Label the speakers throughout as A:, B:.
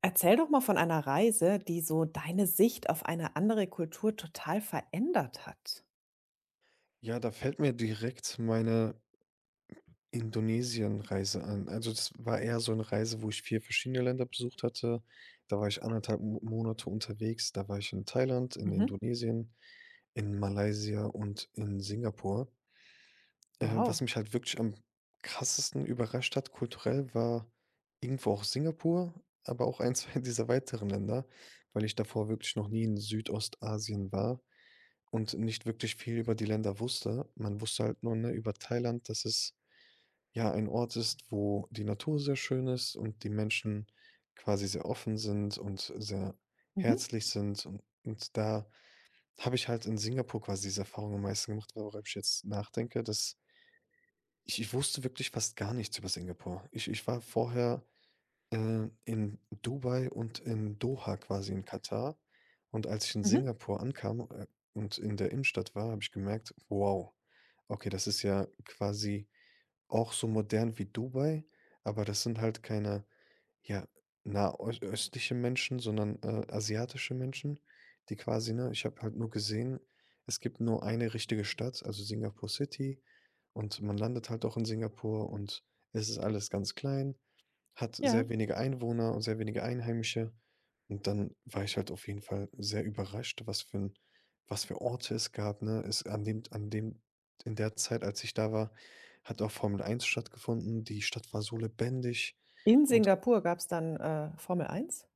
A: Erzähl doch mal von einer Reise, die so deine Sicht auf eine andere Kultur total verändert hat.
B: Ja, da fällt mir direkt meine Indonesien-Reise an. Also das war eher so eine Reise, wo ich 4 verschiedene Länder besucht hatte. Da war ich anderthalb Mo Monate unterwegs. Da war ich in Thailand, in
A: Mhm.
B: Indonesien, in Malaysia und in Singapur. Was
A: Wow.
B: mich halt wirklich am krassesten überrascht hat kulturell, war irgendwo auch Singapur, aber auch ein 2 dieser weiteren Länder, weil ich davor wirklich noch nie in Südostasien war und nicht wirklich viel über die Länder wusste. Man wusste halt nur, ne, über Thailand, dass es ja ein Ort ist, wo die Natur sehr schön ist und die Menschen quasi sehr offen sind und sehr
A: Mhm.
B: herzlich sind. Und da habe ich halt in Singapur quasi diese Erfahrung am meisten gemacht, worüber ich jetzt nachdenke, dass ich wusste wirklich fast gar nichts über Singapur Ich war vorher in Dubai und in Doha quasi in Katar. Und als ich in
A: Mhm.
B: Singapur ankam, und in der Innenstadt war, habe ich gemerkt: „Wow, okay, das ist ja quasi auch so modern wie Dubai, aber das sind halt keine, ja, nahe östliche Menschen, sondern, asiatische Menschen, die quasi, ne, ich habe halt nur gesehen, es gibt nur eine richtige Stadt, also Singapur City, und man landet halt auch in Singapur und es ist alles ganz klein, hat
A: Ja.
B: sehr wenige Einwohner und sehr wenige Einheimische." Und dann war ich halt auf jeden Fall sehr überrascht, was für Orte es gab, ne? Es an dem in der Zeit, als ich da war, hat auch Formel 1 stattgefunden. Die Stadt war so lebendig.
A: In
B: und
A: Singapur gab es dann, Formel 1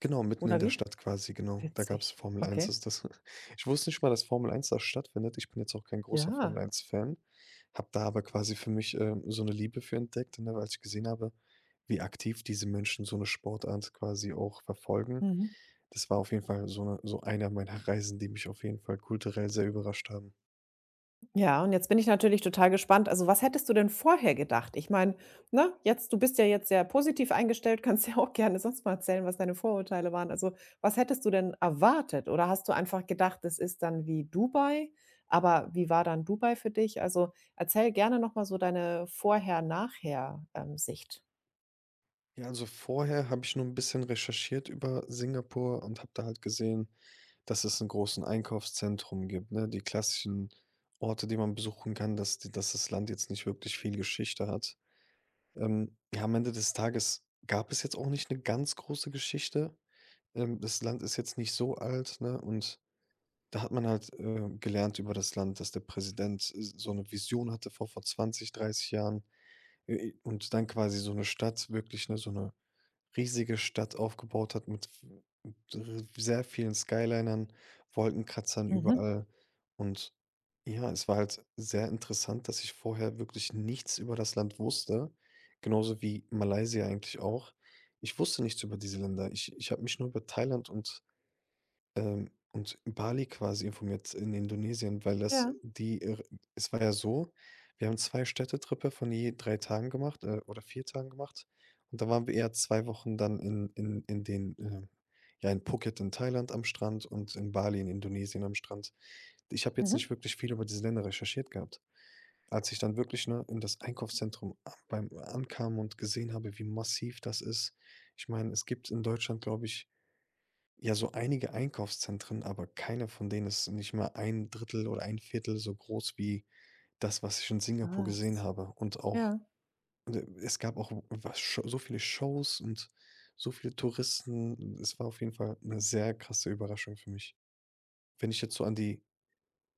B: Genau, mitten in
A: oder
B: der
A: wie?
B: Stadt quasi, genau. Da gab's
A: Witzig.
B: Formel 1,
A: Okay.
B: also das ich wusste nicht mal, dass Formel 1 da stattfindet. Ich bin jetzt auch kein großer Formel
A: Ja.
B: Eins Fan, habe da aber quasi für mich, so eine Liebe für entdeckt, ne, als ich gesehen habe, wie aktiv diese Menschen so eine Sportart quasi auch verfolgen.
A: Mhm.
B: Das war auf jeden Fall so einer meiner Reisen, die mich auf jeden Fall kulturell sehr überrascht haben.
A: Ja, und jetzt bin ich natürlich total gespannt. Also, was hättest du denn vorher gedacht? Ich meine, ne, jetzt du bist ja jetzt sehr positiv eingestellt, kannst ja auch gerne sonst mal erzählen, was deine Vorurteile waren. Also, was hättest du denn erwartet? Oder hast du einfach gedacht, es ist dann wie Dubai? Aber wie war dann Dubai für dich? Also, erzähl gerne noch mal so deine Vorher-Nachher, Sicht.
B: Ja, also vorher habe ich nur ein bisschen recherchiert über Singapur und habe da halt gesehen, dass es 'n großen Einkaufszentrum gibt, ne? Die klassischen Orte, die man besuchen kann, dass das Land jetzt nicht wirklich viel Geschichte hat. Ja, am Ende des Tages gab es jetzt auch nicht 'ne ganz große Geschichte. Das Land ist jetzt nicht so alt, ne? Und da hat man halt, gelernt über das Land, dass der Präsident, so 'ne Vision hatte vor 20, 30 Jahren, i und dann quasi so 'ne Stadt wirklich, ne, so 'ne riesige Stadt aufgebaut hat mit r sehr vielen Skylinern, Wolkenkratzern
A: Mhm.
B: überall. Und ja, es war halt sehr interessant, dass ich vorher wirklich nichts über das Land wusste, genauso wie Malaysia eigentlich auch. Ich wusste nichts über diese Länder. Ich habe mich nur über Thailand und in Bali quasi informiert in Indonesien, weil das
A: Ja.
B: die ir es war ja so, wir haben 2 Städtetrippe von je 3 Tagen gemacht, oder 4 Tagen gemacht. Und da waren wir eher 2 Wochen dann in den, ja, in Phuket in Thailand am Strand und in Bali in Indonesien am Strand. Ich habe jetzt nicht
A: Mhm.
B: wirklich viel über diese Länder recherchiert gehabt. Als ich dann wirklich, ne, in das Einkaufszentrum a beim ankam und gesehen habe, wie massiv das ist. Ich meine, es gibt in Deutschland, glaube ich, ja, so einige Einkaufszentren, aber keiner von denen ist nicht mal ein Drittel oder ein Viertel so groß wie das, was ich in Singapur gesehen
A: Was?
B: habe. Und auch,
A: Ja.
B: d es gab auch, was scho so viele Shows und so viele Touristen. Es war auf jeden Fall eine sehr krasse Überraschung für mich. Wenn ich jetzt so an die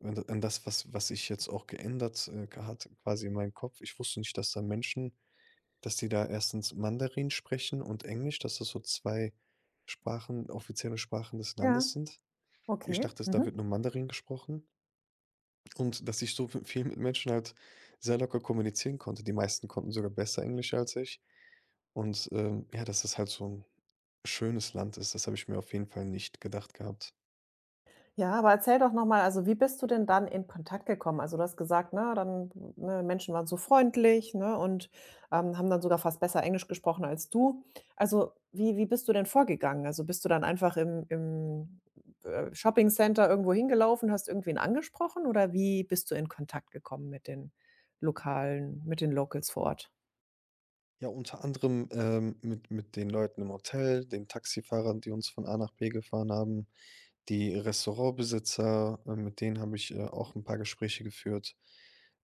B: an an das was ich jetzt auch geändert, hat quasi in meinem Kopf. Ich wusste nicht, dass die da erstens Mandarin sprechen und Englisch, dass das so 2 Sprachen offizielle Sprachen des
A: Ja.
B: Landes sind. Ich
A: Okay.
B: dachte, da wird
A: Mhm.
B: nur Mandarin gesprochen und dass ich so v viel mit Menschen halt sehr locker kommunizieren konnte. Die meisten konnten sogar besser Englisch als ich. Ja, dass das halt so ein schönes Land ist, das habe ich mir auf jeden Fall nicht gedacht gehabt.
A: Ja, aber erzähl doch noch mal, also wie bist du denn dann in Kontakt gekommen? Also, du hast gesagt, ne, dann ne, Menschen waren so freundlich, ne, und, haben dann sogar fast besser Englisch gesprochen als du. Also, wie bist du denn vorgegangen? Also, bist du dann einfach im Shoppingcenter irgendwo hingelaufen, hast irgendwen angesprochen oder wie bist du in Kontakt gekommen mit den lokalen mit den Locals vor Ort?
B: Ja, unter anderem, mit den Leuten im Hotel, den Taxifahrern, die uns von A nach B gefahren haben. Die Restaurantbesitzer, mit denen habe ich, auch ein paar Gespräche geführt.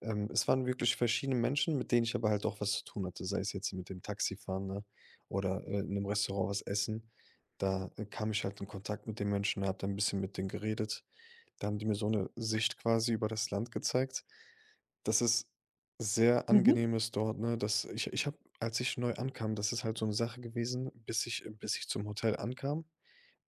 B: Es waren wirklich verschiedene Menschen, mit denen ich aber halt auch was zu tun hatte, sei es jetzt mit dem Taxifahren, ne, oder, in einem Restaurant was essen. Da, kam ich halt in Kontakt mit den Menschen, habe dann ein bisschen mit denen geredet. Da haben die mir so eine Sicht quasi über das Land gezeigt. Das ist sehr
A: Mhm,
B: angenehm ist dort, ne? Das ich habe, als ich neu ankam, das ist halt so eine Sache gewesen, bis ich zum Hotel ankam,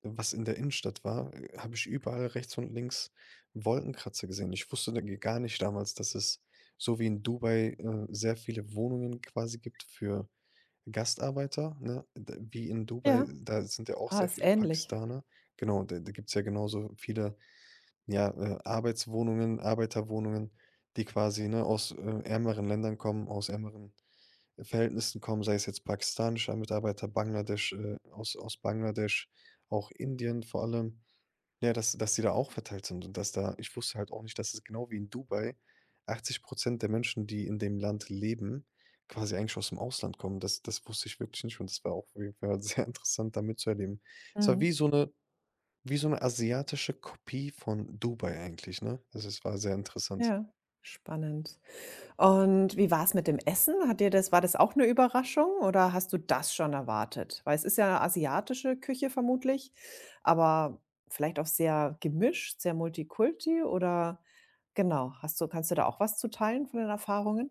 B: was in der Innenstadt war, habe ich überall rechts und links Wolkenkratzer gesehen. Ich wusste da gar nicht damals, dass es so wie in Dubai, sehr viele Wohnungen quasi gibt für Gastarbeiter. Ne? Wie in Dubai,
A: ja.
B: da sind ja auch
A: Ah,
B: sehr
A: ist
B: viele
A: ähnlich.
B: Pakistaner. Genau, da gibt es ja genauso viele, ja, Arbeiterwohnungen, die quasi, ne, aus, ärmeren Ländern kommen, aus ärmeren, Verhältnissen kommen, sei es jetzt pakistanischer Mitarbeiter, Bangladesch, aus Bangladesch, auch Indien vor allem. Ja, dass die da auch verteilt sind und dass da ich wusste halt auch nicht, dass es genau wie in Dubai 80 der Menschen, die in dem Land leben, quasi eigentlich aus dem Ausland kommen. Das wusste ich wirklich nicht und das war auch auf jeden Fall sehr interessant, da mitzuerleben. Es war
A: Mhm,
B: wie so 'ne asiatische Kopie von Dubai eigentlich, ne? Also, es war sehr interessant.
A: ja, spannend. Und wie war es mit dem Essen? Hat dir das war das auch eine Überraschung oder hast du das schon erwartet? Weil es ist ja asiatische Küche vermutlich, aber vielleicht auch sehr gemischt, sehr Multikulti oder genau, hast du kannst du da auch was zu teilen von den Erfahrungen?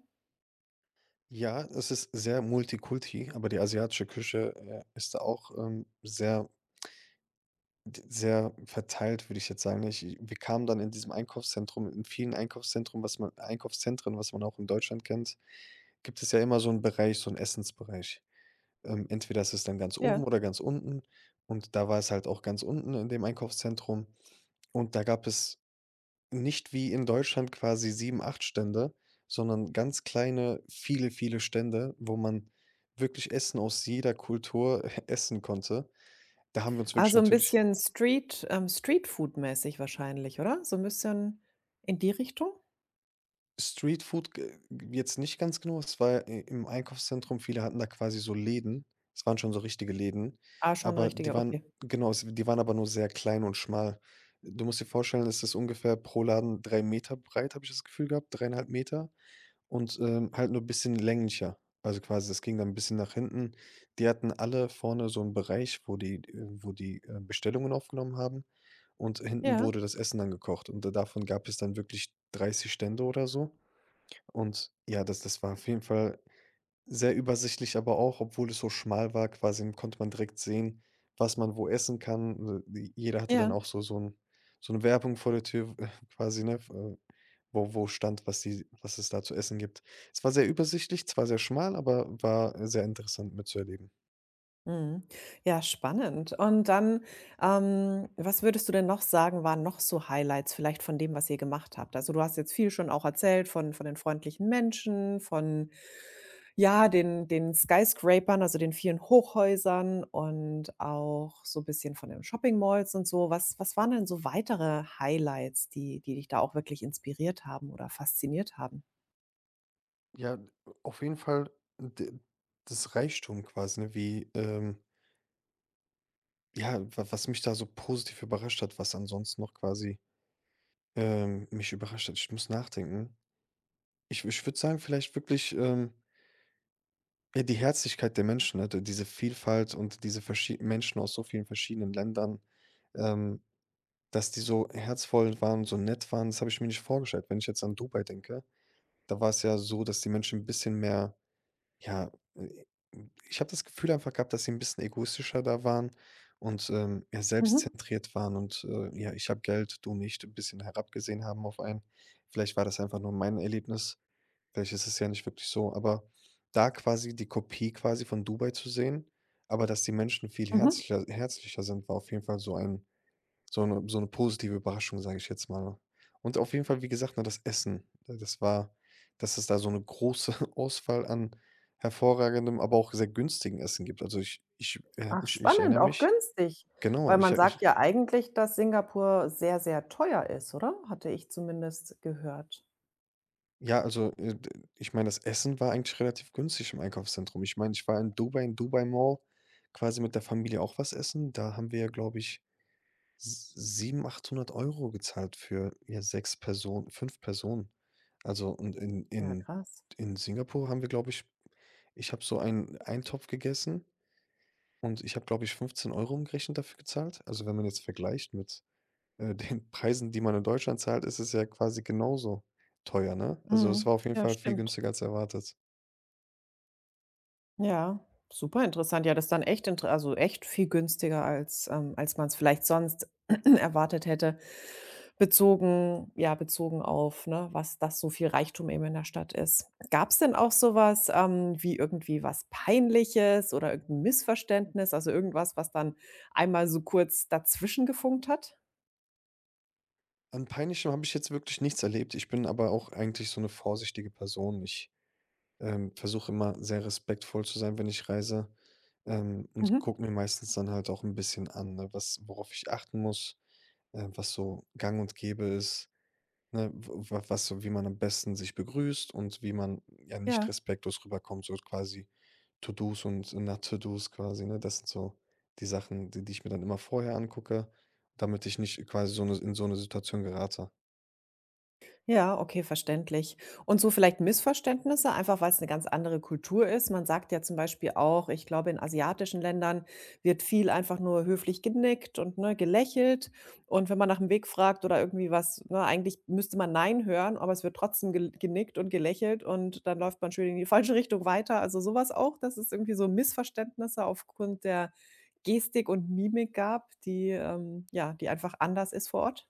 B: Ja, es ist sehr Multikulti, aber die asiatische Küche, ist da auch, sehr, d sehr verteilt, würde ich jetzt sagen, ne? Ich Wir kamen dann in diesem Einkaufszentrum, in vielen Einkaufszentrum, was man Einkaufszentren, was man auch in Deutschland kennt, gibt es ja immer so 'n Bereich, so 'n Essensbereich. Entweder ist es dann ganz oben
A: Ja.
B: oder ganz unten, und da war es halt auch ganz unten in dem Einkaufszentrum, und da gab es nicht wie in Deutschland quasi sieben, 8 Stände, sondern ganz kleine, viele, viele Stände, wo man wirklich Essen aus jeder Kultur essen konnte. Da haben wir uns wirklich
A: Also, ein
B: natürlich
A: bisschen Streetfood-mäßig wahrscheinlich, oder? So ein bisschen in die Richtung?
B: Streetfood g jetzt nicht ganz genau, es war, i im Einkaufszentrum, viele hatten da quasi so Läden. Es waren schon so richtige Läden,
A: Ah, schon
B: aber die
A: richtiger, okay.
B: waren, genau, es die waren aber nur sehr klein und schmal. Du musst dir vorstellen, es ist ungefähr pro Laden 3 Meter breit, habe ich das Gefühl gehabt, 3,5 Meter. Und, halt nur ein bisschen länglicher. Also quasi, das ging dann 'n bisschen nach hinten. Die hatten alle vorne so einen Bereich, wo die, Bestellungen aufgenommen haben, und hinten
A: Ja,
B: wurde das Essen dann gekocht, und da davon gab es dann wirklich 30 Stände oder so. Und ja, das war auf jeden Fall sehr übersichtlich, aber auch, obwohl es so schmal war, quasi konnte man direkt sehen, was man wo essen kann. Jeder hatte dann
A: ja.
B: auch, so 'ne Werbung vor der Tür, quasi, ne, wo stand, was es da zu essen gibt. Es war sehr übersichtlich, zwar sehr schmal, aber war, sehr interessant mitzuerleben.
A: Mhm. Ja, spannend. Und dann, was würdest du denn noch sagen, waren noch so Highlights vielleicht von dem, was ihr gemacht habt? Also, du hast jetzt viel schon auch erzählt von den freundlichen Menschen, von, ja, den Skyscrapern, also, den vielen Hochhäusern und auch so ein bisschen von den Shopping-Malls und so. Was waren denn so weitere Highlights, die dich da auch wirklich inspiriert haben oder fasziniert haben?
B: Ja, auf jeden Fall, d das Reichtum quasi, ne, wie, ja, wa was mich da so positiv überrascht hat, was ansonsten noch quasi, mich überrascht hat. Ich muss nachdenken. Ich würde sagen, vielleicht wirklich, ja, die Herzlichkeit der Menschen, ne, diese Vielfalt und diese, verschie Menschen aus so vielen verschiedenen Ländern, ähm, dass die so herzvoll waren, so nett waren, das habe ich mir nicht vorgestellt. Wenn ich jetzt an Dubai denke, da war es ja so, dass die Menschen ein bisschen mehr, ja, äh, ich habe das Gefühl einfach gehabt, dass sie ein bisschen egoistischer da waren und, ja,
A: Mhm,
B: selbstzentriert waren und, ja, ich habe Geld, du nicht, ein bisschen herabgesehen haben auf einen. Vielleicht war das einfach nur mein Erlebnis. Vielleicht ist es ja nicht wirklich so, aber da quasi die Kopie quasi von Dubai zu sehen, aber dass die Menschen viel
A: mhm.
B: herzlicher, herzlicher sind, war auf jeden Fall so ein, so eine positive Überraschung, sage ich jetzt mal, ne? Und auf jeden Fall, wie gesagt, ne, das Essen, dass es da so eine große Auswahl an hervorragendem, aber auch sehr günstigen Essen gibt. Also, ich ich habe
A: Ach
B: mich ich
A: spannend,
B: erinnere
A: auch
B: mich
A: günstig.
B: genau.
A: Weil
B: ich
A: man
B: ich
A: sagt ja eigentlich, dass Singapur sehr, sehr teuer ist, oder? Hatte ich zumindest gehört.
B: Ja, also, d Ich meine, das Essen war eigentlich relativ günstig im Einkaufszentrum. Ich meine, ich war in Dubai Mall quasi mit der Familie auch was essen. Da haben wir, glaube ich, s 700, 800 Euro gezahlt für, ja, 6 Personen 5 Personen. Also, und
A: Ja, krass.
B: in Singapur haben wir, glaube ich, ich habe so einen Eintopf gegessen und ich habe, glaube ich, 15 Euro umgerechnet dafür gezahlt. Also, wenn man jetzt vergleicht mit den Preisen, die man in Deutschland zahlt, ist es ja quasi genauso teuer, ne? Also, es war
A: Mhm.
B: auf jeden
A: Ja,
B: Fall viel
A: stimmt.
B: günstiger als erwartet.
A: Ja, super interessant. Ja, das ist dann echt intere also, echt viel günstiger, als, als man es vielleicht sonst erwartet hätte, bezogen ja, bezogen auf, ne, was das so viel Reichtum eben in der Stadt ist. Gab es denn auch sowas wie irgendwie was Peinliches oder irgendein Missverständnis, also, irgendwas, was dann einmal so kurz dazwischen gefunkt hat?
B: An Peinlichem habe ich jetzt wirklich nichts erlebt. Ich bin aber auch eigentlich so eine vorsichtige Person. Ich versuche immer sehr respektvoll zu sein, wenn ich reise, und
A: Mhm.
B: gucke mir meistens dann halt auch ein bisschen an, ne, was worauf ich achten muss, was so gang und gäbe ist. Ne, w wa was so, wie man am besten sich begrüßt und wie man, ja, nicht
A: Ja.
B: respektlos rüberkommt, so quasi To-dos und not to-dos quasi, ne? Das sind so die Sachen, die ich mir dann immer vorher angucke, damit ich nicht quasi so in so eine Situation gerate.
A: Ja, okay, verständlich. Und so vielleicht Missverständnisse, einfach weil es eine ganz andere Kultur ist. Man sagt ja zum Beispiel auch, ich glaube, in asiatischen Ländern wird viel einfach nur höflich genickt und, ne, gelächelt. Und wenn man nach dem Weg fragt oder irgendwie was, ne, eigentlich müsste man „Nein“ hören, aber es wird trotzdem gel genickt und gelächelt und dann läuft man schön in die falsche Richtung weiter. Also, sowas auch, dass es irgendwie so Missverständnisse aufgrund der Gestik und Mimik gab, die, ja, die einfach anders ist vor Ort?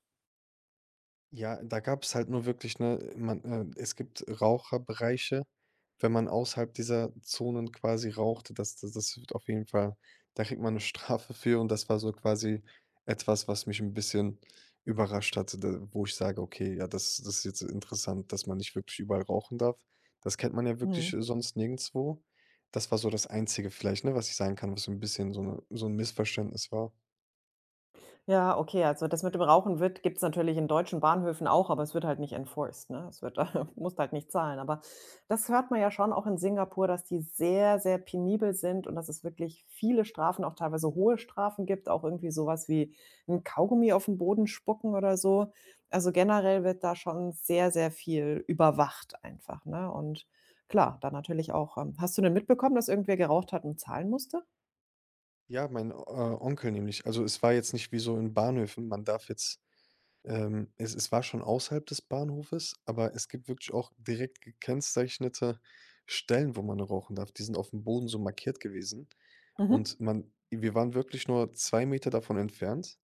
B: Ja, da gab es halt nur wirklich, ne, man es gibt Raucherbereiche, wenn man außerhalb dieser Zonen quasi raucht, das wird auf jeden Fall, da kriegt man eine Strafe für, und das war so quasi etwas, was mich ein bisschen überrascht hatte, da wo ich sage: „Okay, ja, das ist jetzt interessant, dass man nicht wirklich überall rauchen darf.“ Das kennt man ja wirklich
A: Mhm.
B: sonst nirgendwo. Das war so das Einzige vielleicht, ne, was ich sagen kann, was so ein bisschen so 'n Missverständnis war.
A: Ja, okay, also das mit dem Rauchen wird gibt's natürlich in deutschen Bahnhöfen auch, aber es wird halt nicht enforced, ne? Es wird musst halt nicht zahlen. Aber das hört man ja schon auch in Singapur, dass die sehr, sehr penibel sind und dass es wirklich viele Strafen, auch teilweise hohe Strafen gibt, auch irgendwie sowas wie ein Kaugummi auf den Boden spucken oder so. Also, generell wird da schon sehr, sehr viel überwacht einfach, ne? Und klar, dann natürlich auch hast du denn mitbekommen, dass irgendwer geraucht hat und zahlen musste?
B: Ja, mein, Onkel nämlich. Also, es war jetzt nicht wie so in Bahnhöfen. Man darf jetzt Es war schon außerhalb des Bahnhofes, aber es gibt wirklich auch direkt gekennzeichnete Stellen, wo man rauchen darf. Die sind auf dem Boden so markiert gewesen, und
A: Mhm.
B: man wir waren wirklich nur 2 Meter davon entfernt.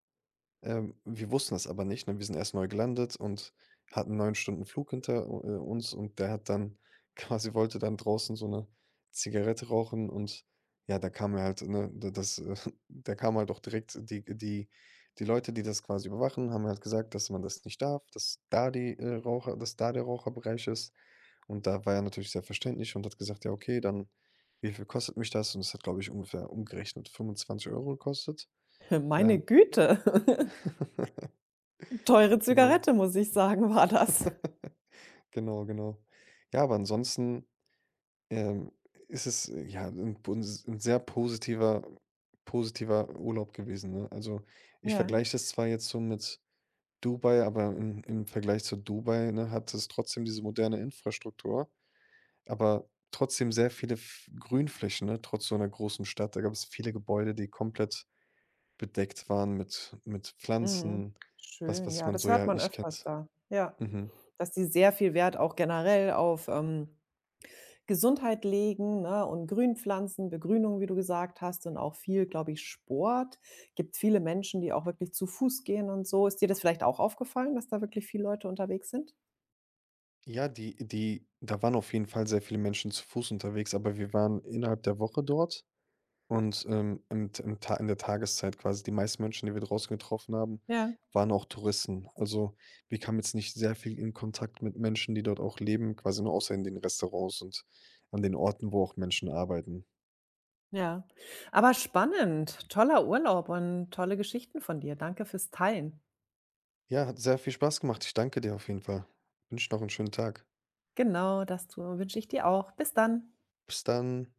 B: Wir wussten das aber nicht, ne? Wir sind erst neu gelandet und hatten 9 Stunden Flug hinter uns, und der hat dann wollte dann draußen so eine Zigarette rauchen. Und ja, da kam er halt, ne, d das da kamen halt auch direkt die die Leute, die das quasi überwachen, haben halt gesagt, dass man das nicht darf, dass da der Raucherbereich ist. Und da war er natürlich sehr verständlich und hat gesagt: „Ja, okay, dann wie viel kostet mich das?“ Und es hat, glaube ich, ungefähr umgerechnet 25 Euro gekostet.
A: Meine
B: Ähm,
A: Güte. Teure
B: genau.
A: Zigarette, muss ich sagen, war das.
B: Genau, genau. Ja, aber ansonsten, ähm, ist es, ja, ein buns 'n sehr positiver Urlaub gewesen, ne? Also, ich
A: Ja,
B: vergleiche das zwar jetzt so mit Dubai, aber im Vergleich zu Dubai, ne, hat es trotzdem diese moderne Infrastruktur, aber trotzdem sehr viele F Grünflächen, ne, trotz so einer großen Stadt. Da gab es viele Gebäude, die komplett bedeckt waren mit
A: mhm.
B: Pflanzen, was
A: Schön, ja,
B: man
A: das
B: so ja
A: hört
B: halt
A: man
B: nicht
A: öfters
B: kennt.
A: da. Ja,
B: Mhm.
A: dass die sehr viel Wert auch generell auf, Gesundheit legen, ne, und Grünpflanzen, Begrünung, wie du gesagt hast, und auch viel, glaube ich, Sport. Gibt viele Menschen, die auch wirklich zu Fuß gehen und so. Ist dir das vielleicht auch aufgefallen, dass da wirklich viele Leute unterwegs sind?
B: Ja, die da waren auf jeden Fall sehr viele Menschen zu Fuß unterwegs, aber wir waren innerhalb der Woche dort und, im T im Ta in der Tageszeit quasi. Die meisten Menschen, die wir draußen getroffen haben,
A: Ja,
B: waren auch Touristen. Also, wir kamen jetzt nicht sehr viel in Kontakt mit Menschen, die dort auch leben, quasi nur außer in den Restaurants und an den Orten, wo auch Menschen arbeiten.
A: ja. Aber spannend, toller Urlaub und tolle Geschichten von dir. Danke fürs Teilen.
B: Ja, hat sehr viel Spaß gemacht. Ich danke dir auf jeden Fall. Wünsche noch einen schönen Tag.
A: Genau, das tu wünsche ich dir auch. Bis dann.
B: Bis dann.